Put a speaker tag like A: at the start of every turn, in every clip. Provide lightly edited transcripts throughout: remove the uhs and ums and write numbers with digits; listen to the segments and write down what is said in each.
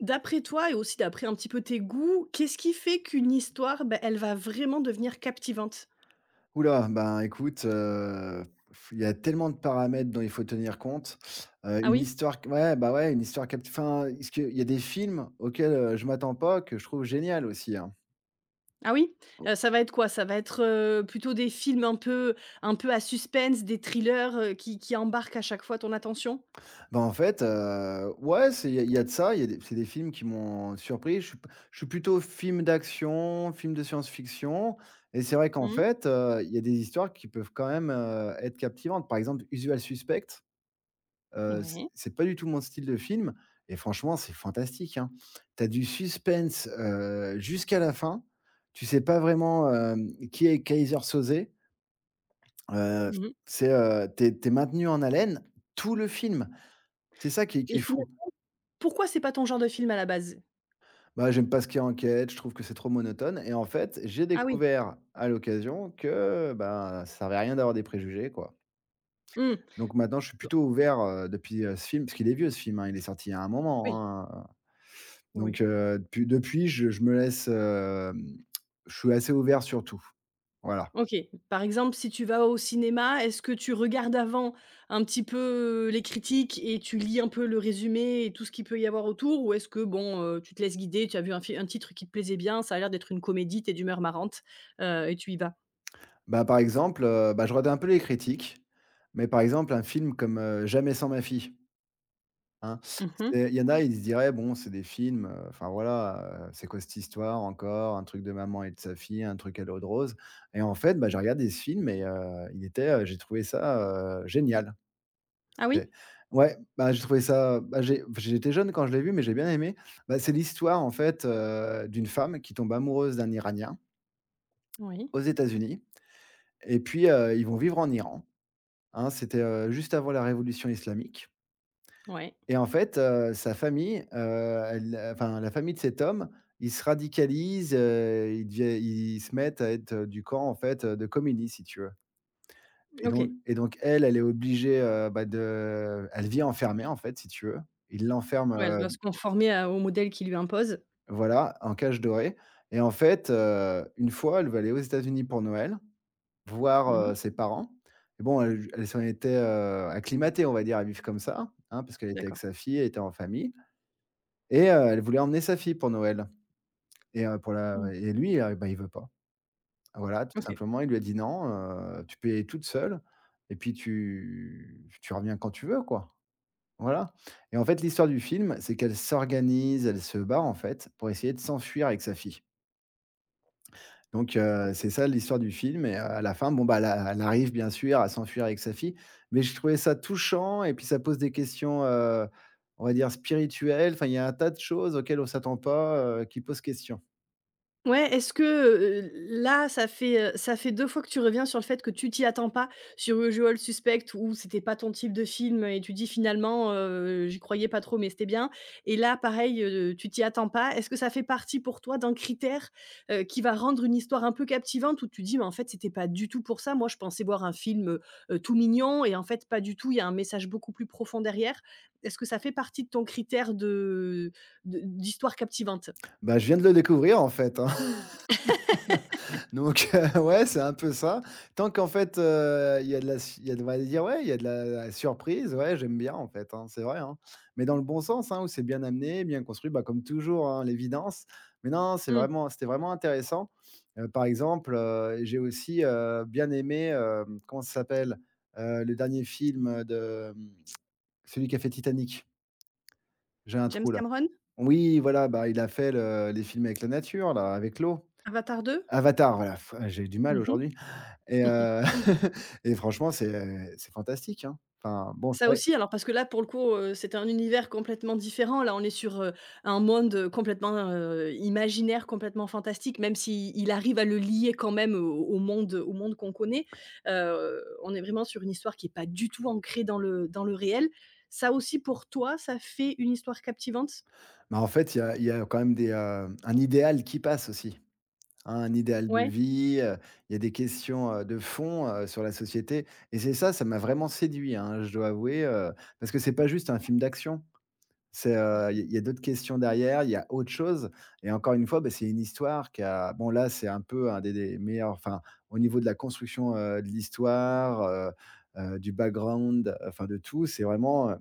A: D'après toi et aussi d'après un petit peu tes goûts, qu'est-ce qui fait qu'une histoire, elle va vraiment devenir captivante?
B: Oula, ben, écoute, il y a tellement de paramètres dont il faut tenir compte.
A: Ah
B: Une
A: oui?
B: histoire, ouais, bah, ouais, une histoire cap enfin, est-ce qu'il y a des films auxquels, je m'attends pas, que je trouve génial aussi, hein.
A: Ah oui? Ça va être quoi? Ça va être, plutôt des films un peu à suspense, des thrillers, qui embarquent à chaque fois ton attention?
B: Ben, en fait, ouais, c'est il y a de ça, il y a des c'est des films qui m'ont surpris. Je suis plutôt film d'action, film de science-fiction et c'est vrai qu'en
A: Mmh.
B: fait, il y a des histoires qui peuvent quand même, être captivantes. Par exemple, Usual Suspect.
A: Ouais.
B: C'est pas du tout mon style de film et franchement, c'est fantastique, hein. Tu Du suspense, jusqu'à la fin. Tu sais pas vraiment, qui est Kaiser Soze. Heu,
A: Mmh,
B: Tu es maintenu en haleine tout le film. C'est ça qui
A: et
B: est
A: finalement
B: fou.
A: pourquoi c'est pas ton genre de film à la base?
B: Bah, j'aime pas ce qui est enquête, je trouve que c'est trop monotone et en fait, j'ai
A: Ah oui.
B: découvert à l'occasion que, bah, ça servait à rien d'avoir des préjugés, quoi.
A: Mmh.
B: Donc maintenant, je suis
A: Do
B: plutôt ouvert, depuis, ce film parce qu'il est vieux ce film, hein. Il est sorti il y a un moment,
A: Oui,
B: hein.
A: oui.
B: Donc, depuis, je me laisse, je suis assez ouvert sur tout, voilà.
A: OK. Par exemple, si tu vas au cinéma, est-ce que tu regardes avant un petit peu les critiques et tu lis un peu le résumé et tout ce qu'il peut y avoir autour? Ou est-ce que bon, tu te laisses guider, tu as vu un fi un titre qui te plaisait bien, ça a l'air d'être une comédie, t'es d'humeur marrante, et tu y vas?
B: Bah, par exemple, bah, je regarde un peu les critiques, mais par exemple, un film comme, Jamais sans ma fille, hein, c'est
A: Mmh.
B: il y en a, ils se diraient: «Bon, c'est des films, enfin voilà, c'est quoi cette histoire encore? Un truc de maman et de sa fille, un truc à l'eau de rose» et en fait, bah, j'ai regardé ce film et, j'ai trouvé ça, génial.
A: Ah
B: C'est
A: oui?
B: Ouais, bah, j'ai trouvé ça bah, j'ai enfin, j'étais jeune quand je l'ai vu, mais j'ai bien aimé. Bah, c'est l'histoire en fait, d'une femme qui tombe amoureuse d'un Iranien
A: Oui.
B: aux États-Unis et puis, ils vont vivre en Iran, hein. C'était, juste avant la révolution islamique
A: Ouais.
B: et en fait, sa famille, elle enfin la famille de cet homme, ils se radicalisent, ils se mettent à être, du camp en fait, de Khomeini si tu veux
A: OK.
B: et donc elle, elle est obligée, bah, de elle vit enfermée en fait si tu veux. Ils
A: Ouais, elle
B: l'enferment.
A: doit se conformer à au modèle qui lui impose.
B: Voilà, en cage dorée et en fait, une fois, elle va aller aux États-Unis pour Noël, voir,
A: Mmh.
B: ses parents et bon, elle s'en était, acclimatée, on va dire, à vivre comme ça, hein, parce qu'elle était avec
A: D'accord.
B: sa fille, elle était en famille et, elle voulait emmener sa fille pour Noël et, pour
A: Mmh.
B: la et lui, bah, il veut pas. Voilà, tout
A: OK.
B: simplement, il lui a dit: «Non, tu peux y aller toute seule et puis tu reviens quand tu veux, quoi». Voilà. Et en fait, l'histoire du film, c'est qu'elle s'organise, elle se bat, en fait, pour essayer de s'enfuir avec sa fille. Donc,
A: OK.
B: c'est ça l'histoire du film et, à la fin, bon, bah, elle arrive bien sûr à s'enfuir avec sa fille, mais je trouvais ça touchant et puis ça pose des questions, on va dire spirituelles. Enfin, il y a un tas de choses auxquelles on s'attend pas, qui posent question.
A: Ouais, est-ce que, là, ça fait 2 fois que tu reviens sur le fait que tu t'y attends pas, sur Usual Suspect où c'était pas ton type de film et tu dis finalement, j'y croyais pas trop mais c'était bien, et là pareil, tu t'y attends pas. Est-ce que ça fait partie pour toi d'un critère, qui va rendre une histoire un peu captivante où tu dis: «Mais en fait c'était pas du tout pour ça, moi je pensais voir un film, tout mignon et en fait pas du tout, il y a un message beaucoup plus profond derrière»? Est-ce que ça fait partie de ton critère de d'histoire captivante?
B: Bah, je viens de le découvrir en fait, hein. Donc ouais, c'est un peu ça. Tant qu'en fait, il y a de, on va dire, ouais, il y a de la surprise, ouais, j'aime bien en fait, hein, c'est vrai, hein. Mais dans le bon sens, hein, où c'est bien amené, bien construit, bah, comme toujours, hein, l'évidence. Mais non,
A: Mmh.
B: c'était vraiment intéressant. Par exemple, j'ai aussi, bien aimé, comment ça s'appelle? Le dernier film, de, celui qui a fait Titanic. J'ai un
A: James
B: trou là.
A: Cameron?
B: Oui, voilà, bah, il a fait le les films avec la nature là, avec l'eau.
A: Avatar deux.
B: Avatar, voilà, f j'ai eu du mal
A: Mmh mh.
B: aujourd'hui. Et et franchement, c'est fantastique, hein. Enfin, bon, c'est
A: Ça
B: vrai
A: aussi alors parce que là pour le coup, c'était un univers complètement différent. Là, on est sur, un monde, complètement, imaginaire, complètement fantastique, même s'il arrive à le lier quand même au au monde qu'on connaît. On est vraiment sur une histoire qui est pas du tout ancrée dans le réel. Ça aussi pour toi, ça fait une histoire captivante?
B: mais en fait, il y a quand même un idéal qui passe aussi, hein, un idéal de
A: Ouais?
B: vie, il y a des questions, de fond, sur la société et c'est ça, ça m'a vraiment séduit, hein, je dois avouer, parce que c'est pas juste un film d'action.
A: Mmh.
B: Il y a d'autres questions derrière, il y a autre chose et encore une fois, bah, c'est une histoire qui a bon là, c'est un peu un des meilleurs enfin, au niveau de la construction, de l'histoire, du background, enfin de tout, c'est vraiment,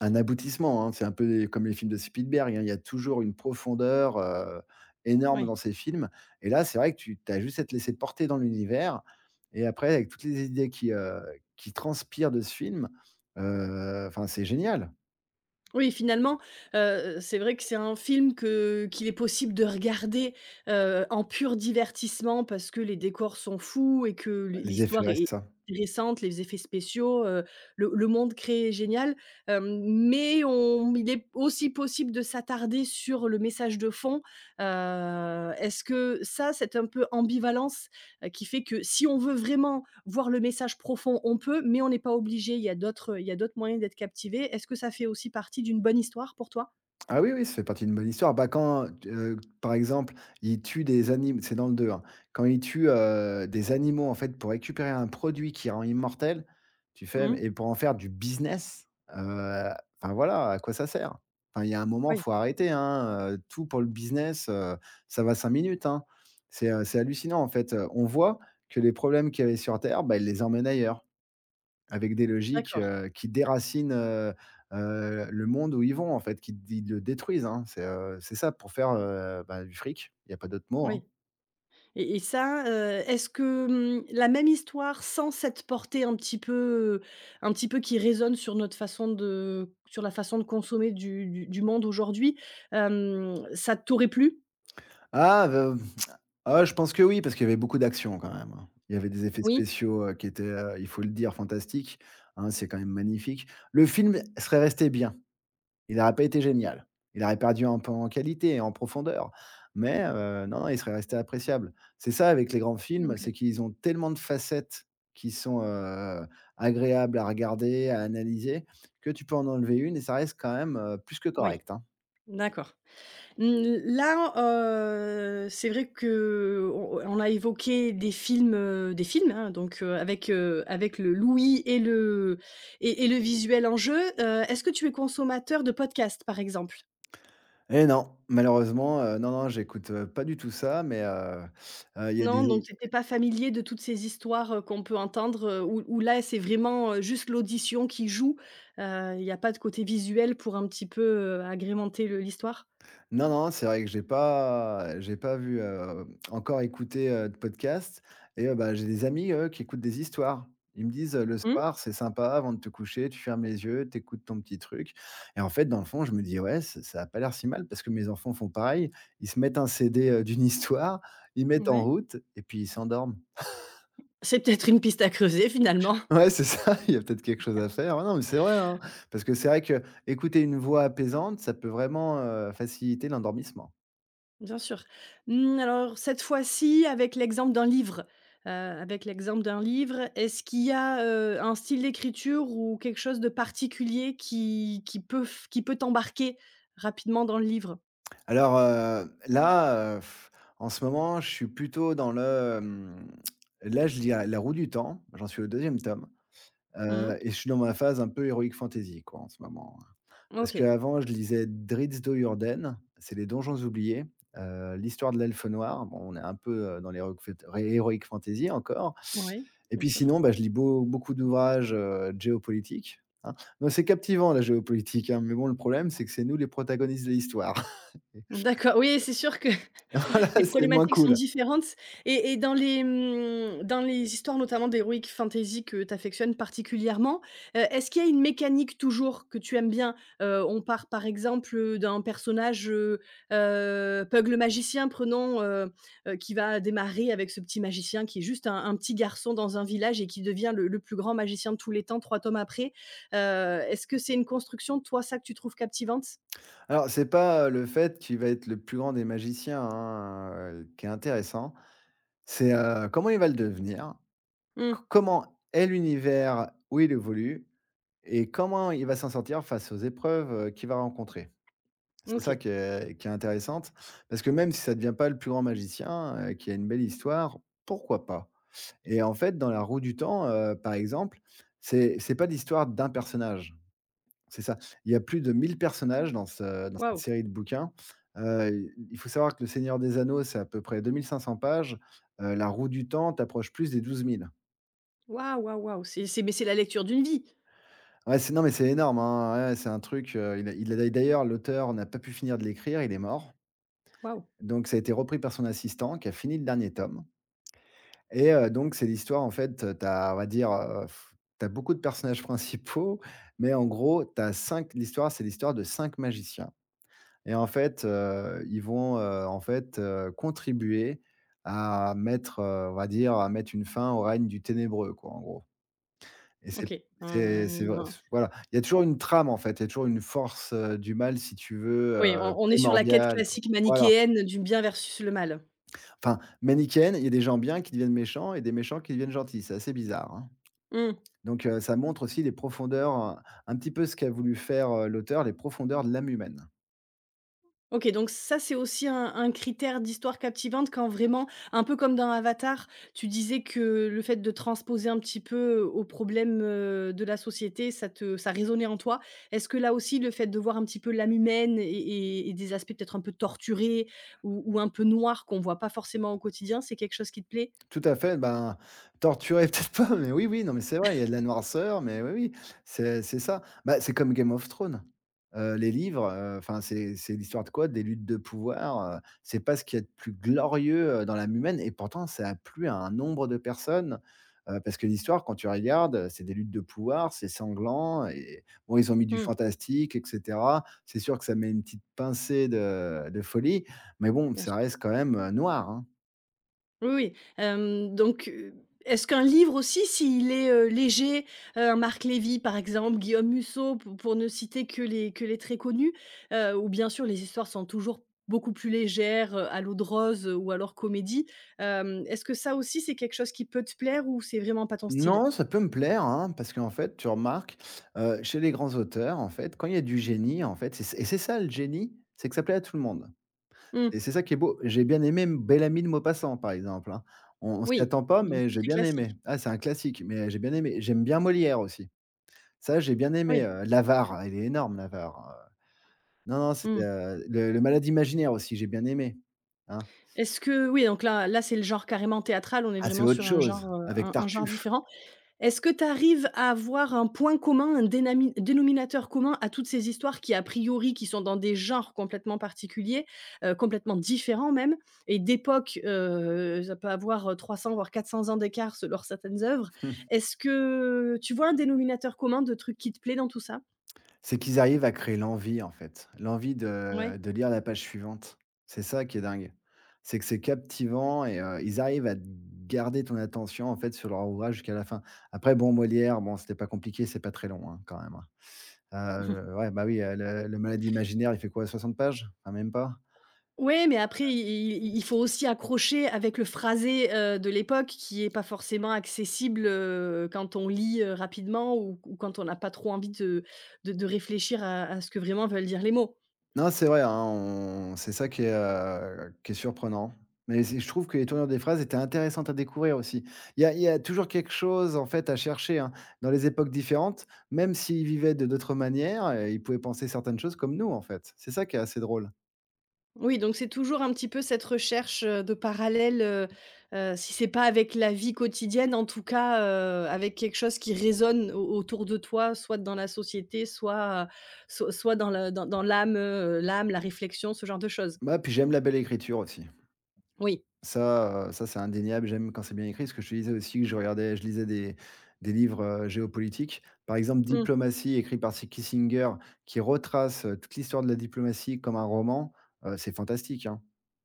B: un aboutissement, hein. C'est un peu les comme les films de Spielberg, hein, il y a toujours une profondeur, énorme
A: Ouais.
B: dans ces films et là, c'est vrai que tu as juste à te laisser porter dans l'univers et après avec toutes les idées qui transpirent de ce film, enfin, c'est génial.
A: Oui, finalement, c'est vrai que c'est un film que qu'il est possible de regarder, en pur divertissement parce que les décors sont fous et que
B: Les effets,
A: l'histoire
B: ouais,
A: est
B: c'est ça.
A: intéressante, les effets spéciaux, le monde créé est génial, hem, mais on il est aussi possible de s'attarder sur le message de fond. Est-ce que ça, cette un peu ambivalence, qui fait que si on veut vraiment voir le message profond, on peut, mais on n'est pas obligé. Il y a d'autres il y a d'autres moyens d'être captivé. Est-ce que ça fait aussi partie d'une bonne histoire pour toi?
B: Ah oui, oui, ça fait partie d'une bonne histoire. Bah, quand, par exemple, il tue des anim c'est dans le 2, hein. Quand il tue, des animaux, en fait, pour récupérer un produit qui rend immortel, tu fais
A: Mmh.
B: mais et pour en faire du business, heu, enfin, voilà, à quoi ça sert? Enfin, il y a un moment,
A: Oui,
B: faut arrêter, hein, tout pour le business, ça va 5 minutes, hein. C'est hallucinant, en fait, on voit que les problèmes qu'il y avait sur terre, bah, ils les emmènent ailleurs. Avec des logiques,
A: d'accord,
B: qui déracinent, le monde où ils vont, en fait, qui d ils le détruisent, hein. C'est ça pour faire, bah, du fric. Il n'y a pas d'autre mot, hein.
A: oui, et ça, est-ce que, mmh, la même histoire sans cette portée un petit peu qui résonne sur notre façon de sur la façon de consommer du du monde aujourd'hui, ça t'aurait plu?
B: Ah, heu, ah, je pense que oui, parce qu'il y avait beaucoup d'action quand même, hein. Il y avait des effets
A: Oui?
B: spéciaux, qui étaient, il faut le dire, fantastiques, hein, c'est quand même magnifique. Le film serait resté bien. Il aurait pas été génial. Il aurait perdu un peu en qualité et en profondeur, mais, non, non, il serait resté appréciable. C'est ça avec les grands films, c'est
A: OK.
B: qu'ils ont tellement de facettes qui sont, agréables à regarder, à analyser, que tu peux en enlever une et ça reste quand même, plus que
A: Oui,
B: correct, hein.
A: d'accord. Mmh, là, c'est vrai que on a évoqué des films, hein, donc avec, avec le l'ouïe et le et le visuel en jeu. Est-ce que tu es consommateur de podcasts, par exemple?
B: Eh non, malheureusement, non, non, j'écoute, pas du tout ça, mais, il y a
A: Non, donc
B: des.
A: tu étais pas familier de toutes ces histoires, qu'on peut entendre, où là, c'est vraiment, juste l'audition qui joue, il n'y a pas de côté visuel pour un petit peu, agrémenter le l'histoire?
B: Non, non, c'est vrai que j'ai pas vu, encore écouter, de podcast et, bah, j'ai des amis, eux, qui écoutent des histoires. Ils me disent, «Le
A: Mmh,
B: soir, c'est sympa avant de te coucher, tu fermes les yeux, tu écoutes ton petit truc» et en fait, dans le fond, je me dis: «Ouais, ça a pas l'air si mal» parce que mes enfants font pareil. Ils se mettent un CD, d'une histoire, ils mettent en
A: ouais.
B: route et puis ils s'endorment.
A: C'est peut-être une piste à creuser, finalement.
B: Ouais, c'est ça, il y a peut-être quelque chose à faire. Ouais, non, mais c'est vrai, hein, parce que c'est vrai que écouter une voix apaisante, ça peut vraiment, faciliter l'endormissement.
A: Bien sûr. Mmh, alors cette fois-ci avec l'exemple d'un livre, est-ce qu'il y a, un style d'écriture ou quelque chose de particulier qui peut f qui peut t'embarquer rapidement dans le livre?
B: Alors, là, en ce moment, je suis plutôt dans le, là, je lis à La Roue du Temps, j'en suis au deuxième tome,
A: Mmh.
B: et je suis dans ma phase un peu héroïque fantasy, quoi, en ce moment, hein. Parce
A: OK.
B: qu'avant, je lisais Drizzt Do Yurden, c'est Les Donjons oubliés, l'histoire de l'Elfe noir. Bon, on est un peu, dans l'heroic fant heroic fantasy encore
A: Oui,
B: et
A: bien
B: puis
A: sûr.
B: sinon, bah, je lis beaucoup d'ouvrages, de, hein. Non, c'est captivant la géopolitique, hein, mais bon, le problème, c'est que c'est nous les protagonistes de l'histoire.
A: D'accord, oui, c'est sûr que
B: Ça,
A: les
B: c'est moins
A: problématiques sont
B: cool.
A: différentes, et dans les, dans les histoires notamment d'heroic fantasy que tu affectionnes particulièrement, est-ce qu'il y a une mécanique toujours que tu aimes bien? On part par exemple, d'un personnage, Pug le magicien, prenons, qui va démarrer avec ce petit magicien qui est juste un petit garçon dans un village et qui devient le plus grand magicien de tous les temps 3 tomes après. Heu, Est-ce que c'est une construction, toi, ça que tu trouves captivante?
B: Alors, c'est pas, le fait qu'il va être le plus grand des magiciens, hein, qui est intéressant. C'est, comment il va le devenir,
A: Mmh,
B: c comment est l'univers où il évolue et comment il va s'en sortir face aux épreuves, qu'il va rencontrer. C'est ça
A: OK.
B: qui est intéressante parce que même si ça ne devient pas le plus grand magicien, qui a une belle histoire, pourquoi pas? Et en fait, dans La Roue du Temps, par exemple, c'est pas l'histoire d'un personnage. C'est ça. Il y a plus de 1 000 personnages dans ce dans cette
A: Waouh!
B: série de bouquins. Il faut savoir que Le Seigneur des Anneaux, c'est à peu près 2 500 pages. La Roue du Temps, t'approches plus des 12 000.
A: Waouh, waouh, waouh, c'est mais c'est la lecture d'une vie?
B: Ouais, c'est non, mais c'est énorme, hein. Ouais, c'est un truc, il a d'ailleurs, l'auteur n'a pas pu finir de l'écrire, il est mort.
A: Waouh,
B: Donc ça a été repris par son assistant qui a fini le dernier tome et donc c'est l'histoire, en fait. T'as, on va dire, tu as beaucoup de personnages principaux, mais en gros, t'as 5. L'histoire, c'est l'histoire de 5 magiciens. Et en fait, ils vont, en fait, contribuer à mettre, on va dire, à mettre une fin au règne du ténébreux, quoi, en gros. Et c'est
A: OK.
B: c'est c'est vrai,
A: Un
B: voilà, il y a toujours
A: on
B: une trame, en fait, il y a toujours une force, du mal, si tu veux,
A: oui, on est sur la quête
B: primordiale.
A: classique
B: Voilà.
A: manichéenne du bien versus le mal.
B: Enfin, manichéenne, il y a des gens bien qui deviennent méchants et des méchants qui deviennent gentils. C'est assez bizarre, hein.
A: Mmh.
B: Donc ça montre aussi les profondeurs, un petit peu ce qu'a voulu faire, l'auteur, les profondeurs de l'âme humaine.
A: OK, donc ça, c'est aussi un critère d'histoire captivante quand vraiment un peu comme dans Avatar, tu disais que le fait de transposer un petit peu aux problèmes, de la société, ça te ça résonnait en toi. Est-ce que là aussi, le fait de voir un petit peu l'âme humaine et des aspects peut-être un peu torturés ou un peu noirs qu'on voit pas forcément au quotidien, c'est quelque chose qui te plaît?
B: Tout à fait, ben, torturer peut-être pas, mais oui, oui, non, mais c'est vrai, il y a de la noirceur, mais oui, oui, c'est ça. Bah, c'est comme Game of Thrones. Les livres, enfin, c'est l'histoire de quoi? Des luttes de pouvoir, c'est pas ce qu'il y a de plus glorieux, dans l'âme humaine et pourtant ça a plu à un nombre de personnes, parce que l'histoire quand tu regardes, c'est des luttes de pouvoir, c'est sanglant et bon, ils ont mis du
A: Mmh.
B: fantastique et cetera. C'est sûr que ça met une petite pincée de folie, mais bon,
A: Bien
B: ça
A: sûr.
B: reste quand même, noir, hein.
A: Oui, oui. Donc, est-ce qu'un livre aussi, s'il est, léger, un Marc Lévy, par exemple, Guillaume Musso, pour ne citer que les très connus, où bien sûr les histoires sont toujours beaucoup plus légères, à l'eau de rose, ou alors comédie. Est-ce que ça aussi, c'est quelque chose qui peut te plaire ou c'est vraiment pas ton style?
B: Non, ça peut me plaire, hein, parce qu'en fait, tu remarques, chez les grands auteurs, en fait, quand il y a du génie, en fait, c'est et c'est ça le génie, c'est que ça plaît à tout le monde
A: Mmh,
B: et c'est ça qui est beau. J'ai bien aimé Bel-Ami de Maupassant, par exemple, hein. On s'y
A: oui,
B: attend pas,
A: donc
B: mais j'ai
A: très
B: bien aimé.
A: classique.
B: Ah, c'est un classique, mais j'ai bien aimé. J'aime bien Molière aussi. Ça, j'ai bien aimé,
A: Oui.
B: L'Avare, il est énorme L'Avare, heu. Non, non, c'était,
A: Mmh.
B: le Malade imaginaire aussi, j'ai bien aimé, hein.
A: Est-ce que oui, donc là, c'est le genre carrément théâtral, on est
B: Ah, c'est
A: vraiment
B: autre
A: sur un
B: chose
A: genre,
B: avec
A: un genre
B: Tartuffe.
A: différent. Est-ce que tu arrives à avoir un point commun, un dénami dénominateur commun à toutes ces histoires qui, a priori, qui sont dans des genres complètement particuliers, complètement différents même et d'époques, ça peut avoir, 300 voire 400 ans d'écart se certaines œuvres. Est-ce que tu vois un dénominateur commun de trucs qui te plaît dans tout ça?
B: C'est qu'ils arrivent à créer l'envie, en fait. L'envie de
A: Ouais.
B: de lire la page suivante. C'est ça qui est dingue. C'est que c'est captivant et ils arrivent à garder ton attention, en fait, sur leur ouvrage jusqu'à la fin. Après bon, Molière, bon, c'était pas compliqué, c'est pas très long, hein, quand même, hein. Ouais, bah, oui, le Malade imaginaire, il fait quoi? 60 pages? Enfin, même pas.
A: Ouais, mais après, i i il faut aussi accrocher avec le phrasé, de l'époque qui est pas forcément accessible, quand on lit, rapidement ou quand on n'a pas trop envie de réfléchir à ce que vraiment veulent dire les mots.
B: Non, c'est vrai, hein, on c'est ça qui est surprenant. Mais c'est je trouve que les tournures des phrases étaient intéressantes à découvrir aussi. Il y a toujours quelque chose, en fait, à chercher, hein. Dans les époques différentes, même s'ils vivaient de d'autres manières, ils pouvaient penser certaines choses comme nous, en fait. C'est ça qui est assez drôle.
A: Oui, donc c'est toujours un petit peu cette recherche, de parallèle. Si c'est pas avec la vie quotidienne, en tout cas, avec quelque chose qui résonne au autour de toi, soit dans la société, soit, soit dans le dans l'âme, l'âme, la réflexion, ce genre de choses.
B: Bah, puis j'aime la belle écriture aussi.
A: Oui.
B: Ça, ça, c'est indéniable. J'aime quand c'est bien écrit. Ce que je te disais aussi que je lisais des livres, géopolitiques. Par exemple,
A: Mmh.
B: «Diplomatie» écrit par Si Kissinger, qui retrace, toute l'histoire de la diplomatie comme un roman, c'est fantastique, hein.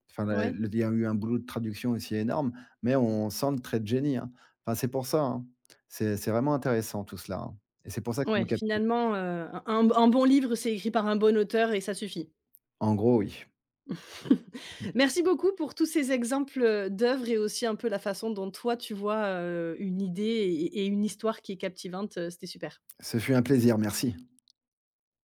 B: Enfin, la
A: Ouais.
B: le il y a eu un boulot de traduction aussi énorme, mais on sent le trait de génie, hein. Enfin, c'est pour ça, hein. C'est vraiment intéressant tout cela, hein, et c'est pour ça que ça me
A: Ouais,
B: captive.
A: finalement, un bon livre, c'est écrit par un bon auteur et ça suffit.
B: En gros, oui.
A: Merci beaucoup pour tous ces exemples, d'œuvres et aussi un peu la façon dont toi tu vois, une idée et une histoire qui est captivante, c'était super.
B: Ce fut un plaisir, merci.